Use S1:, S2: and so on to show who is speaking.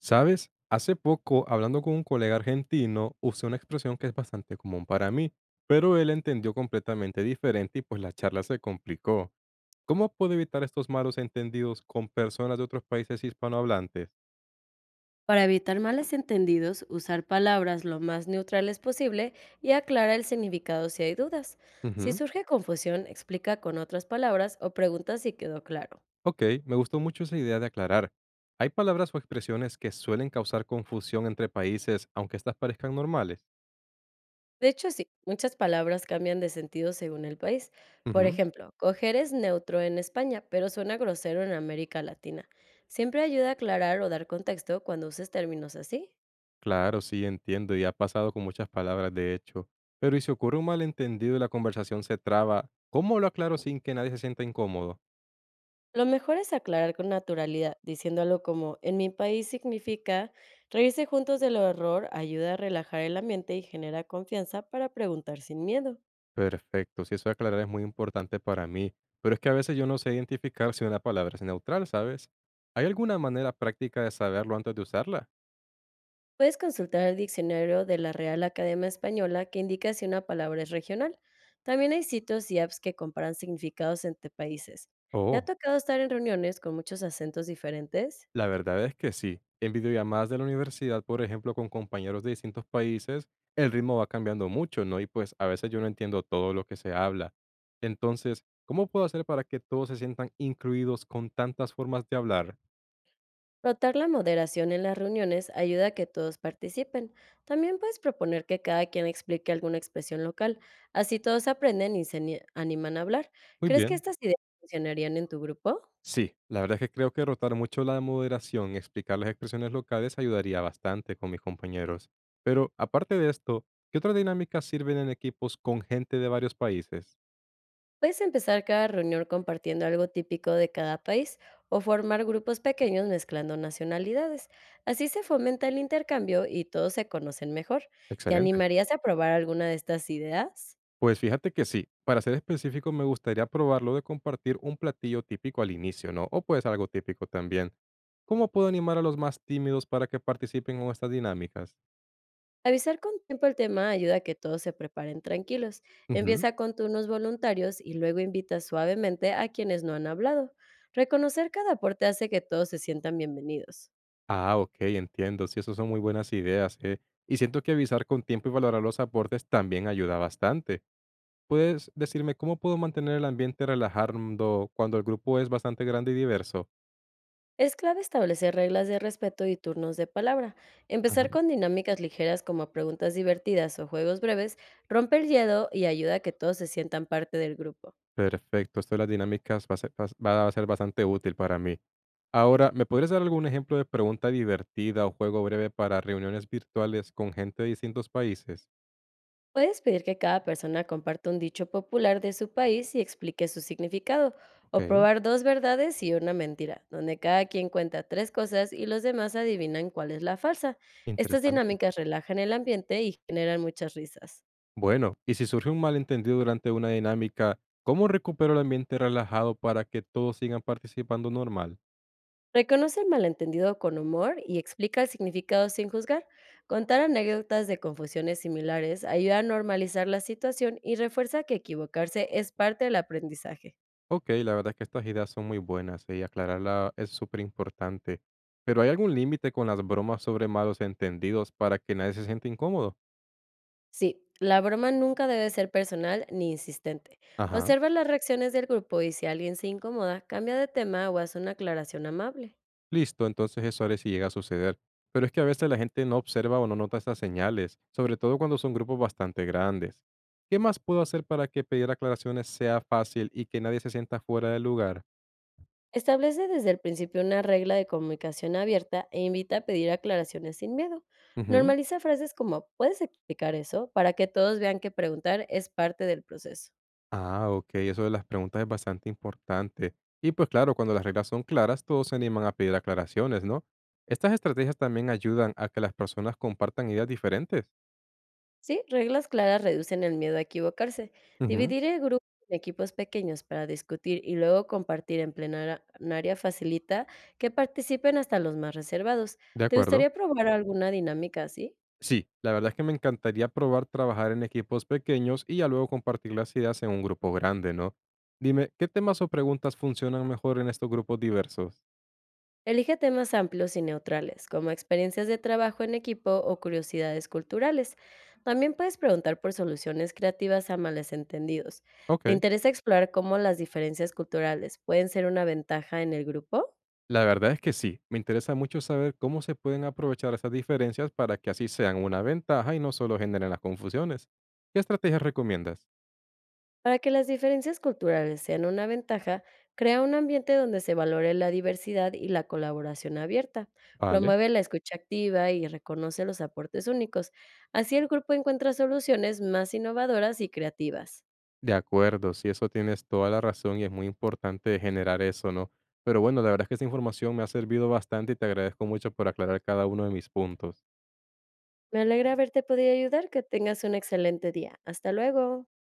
S1: ¿Sabes? Hace poco, hablando con un colega argentino, usé una expresión que es bastante común para mí, pero él entendió completamente diferente y pues la charla se complicó. ¿Cómo puedo evitar estos malos entendidos con personas de otros países hispanohablantes?
S2: Para evitar males entendidos, usar palabras lo más neutrales posible y aclara el significado si hay dudas. Si
S1: Ujú.
S2: surge confusión, explica con otras palabras o pregunta si quedó claro.
S1: Ok, me gustó mucho esa idea de aclarar. ¿Hay palabras o expresiones que suelen causar confusión entre países, aunque estas parezcan normales?
S2: De hecho, sí, muchas palabras cambian de sentido según el país. Por
S1: Ujú.
S2: ejemplo, coger es neutro en España, pero suena grosero en América Latina. Siempre ayuda a aclarar o dar contexto cuando uses términos así.
S1: Claro, sí, entiendo, y ha pasado con muchas palabras, de hecho. Pero ¿y si ocurre un malentendido y la conversación se traba? ¿Cómo lo aclaro sin que nadie se sienta incómodo?
S2: Lo mejor es aclarar con naturalidad, diciendo algo como, en mi país significa, reírse juntos del error ayuda a relajar el ambiente y genera confianza para preguntar sin miedo.
S1: Perfecto, sí, eso de aclarar es muy importante para mí, pero es que a veces yo no sé identificar si una palabra es neutral, ¿sabes? ¿Hay alguna manera práctica de saberlo antes de usarla?
S2: Puedes consultar el diccionario de la Real Academia Española que indica si una palabra es regional. También hay sitios y apps que comparan significados entre países. ¿Te ha
S1: Oh.
S2: tocado estar en reuniones con muchos acentos diferentes?
S1: La verdad es que sí. En videollamadas de la universidad, por ejemplo, con compañeros de distintos países, el ritmo va cambiando mucho, ¿no? Y pues a veces yo no entiendo todo lo que se habla. Entonces, ¿cómo puedo hacer para que todos se sientan incluidos con tantas formas de hablar?
S2: Rotar la moderación en las reuniones ayuda a que todos participen. También puedes proponer que cada quien explique alguna expresión local. Así todos aprenden y se animan a hablar.
S1: Muy
S2: ¿Crees que
S1: bien.
S2: estas ideas funcionarían en tu grupo?
S1: Sí, la verdad es que creo que rotar mucho la moderación y explicar las expresiones locales ayudaría bastante con mis compañeros. Pero aparte de esto, ¿qué otras dinámicas sirven en equipos con gente de varios países?
S2: Puedes empezar cada reunión compartiendo algo típico de cada país o formar grupos pequeños mezclando nacionalidades. Así se fomenta el intercambio y todos se conocen mejor. ¿Te
S1: Excelente.
S2: animarías a probar alguna de estas ideas?
S1: Pues fíjate que sí, para ser específico me gustaría probarlo de compartir un platillo típico al inicio, ¿no? O pues algo típico también. ¿Cómo puedo animar a los más tímidos para que participen en estas dinámicas?
S2: Avisar con tiempo el tema ayuda a que todos se preparen tranquilos.
S1: Ujú.
S2: Empieza con turnos voluntarios y luego invita suavemente a quienes no han hablado. Reconocer cada aporte hace que todos se sientan bienvenidos.
S1: Ah, ok, entiendo. Sí, esas son muy buenas ideas, ¿eh? Y siento que avisar con tiempo y valorar los aportes también ayuda bastante. ¿Puedes decirme cómo puedo mantener el ambiente relajando cuando el grupo es bastante grande y diverso?
S2: Es clave establecer reglas de respeto y turnos de palabra. Empezar
S1: Ujú.
S2: con dinámicas ligeras como preguntas divertidas o juegos breves rompe el hielo y ayuda a que todos se sientan parte del grupo.
S1: Perfecto, esto de las dinámicas va a ser bastante útil para mí. Ahora, ¿me podrías dar algún ejemplo de pregunta divertida o juego breve para reuniones virtuales con gente de distintos países?
S2: Puedes pedir que cada persona comparta un dicho popular de su país y explique su significado, o
S1: Ok,
S2: probar dos verdades y una mentira, donde cada quien cuenta tres cosas y los demás adivinan cuál es la falsa. Estas
S1: interesante.
S2: dinámicas relajan el ambiente y generan muchas risas.
S1: Bueno, y si surge un malentendido durante una dinámica, ¿cómo recupero el ambiente relajado para que todos sigan participando normal?
S2: Reconoce el malentendido con humor y explica el significado sin juzgar. Contar anécdotas de confusiones similares ayuda a normalizar la situación y refuerza que equivocarse es parte del aprendizaje.
S1: Ok, la verdad es que estas ideas son muy buenas y aclararla es súper importante. Pero ¿hay algún límite con las bromas sobre malos entendidos para que nadie se sienta incómodo?
S2: Sí, la broma nunca debe ser personal ni insistente.
S1: Ajá.
S2: Observa las reacciones del grupo y si alguien se incomoda, cambia de tema o haz una aclaración amable.
S1: Listo, entonces eso haré si llega a suceder. Pero es que a veces la gente no observa o no nota estas señales, sobre todo cuando son grupos bastante grandes. ¿Qué más puedo hacer para que pedir aclaraciones sea fácil y que nadie se sienta fuera del lugar?
S2: Establece desde el principio una regla de comunicación abierta e invita a pedir aclaraciones sin miedo.
S1: Ujú.
S2: Normaliza frases como ¿puedes explicar eso? Para que todos vean que preguntar es parte del proceso.
S1: Ah, ok, eso de las preguntas es bastante importante. Y pues claro, cuando las reglas son claras, todos se animan a pedir aclaraciones, ¿no? Estas estrategias también ayudan a que las personas compartan ideas diferentes.
S2: Sí, reglas claras reducen el miedo a equivocarse.
S1: Ujú,
S2: Dividir el grupo en equipos pequeños para discutir y luego compartir en plenaria facilita que participen hasta los más reservados.
S1: de
S2: ¿Te
S1: acuerdo.
S2: gustaría probar alguna dinámica así?
S1: Sí, la verdad es que me encantaría probar trabajar en equipos pequeños y ya luego compartir las ideas en un grupo grande, ¿no? Dime, ¿qué temas o preguntas funcionan mejor en estos grupos diversos?
S2: Elige temas amplios y neutrales, como experiencias de trabajo en equipo o curiosidades culturales. También puedes preguntar por soluciones creativas a males entendidos.
S1: Ok,
S2: ¿Te interesa explorar cómo las diferencias culturales pueden ser una ventaja en el grupo?
S1: la verdad es que sí, me interesa mucho saber cómo se pueden aprovechar esas diferencias para que así sean una ventaja y no solo generen las confusiones. ¿Qué estrategias recomiendas?
S2: Para que las diferencias culturales sean una ventaja, crea un ambiente donde se valore la diversidad y la colaboración abierta,
S1: Vale,
S2: promueve la escucha activa y reconoce los aportes únicos. Así el grupo encuentra soluciones más innovadoras y creativas.
S1: de acuerdo, sí, eso tienes toda la razón y es muy importante generar eso, ¿no? Pero bueno, la verdad es que esa información me ha servido bastante y te agradezco mucho por aclarar cada uno de mis puntos.
S2: Me alegra haberte podido ayudar, que tengas un excelente día. Hasta luego.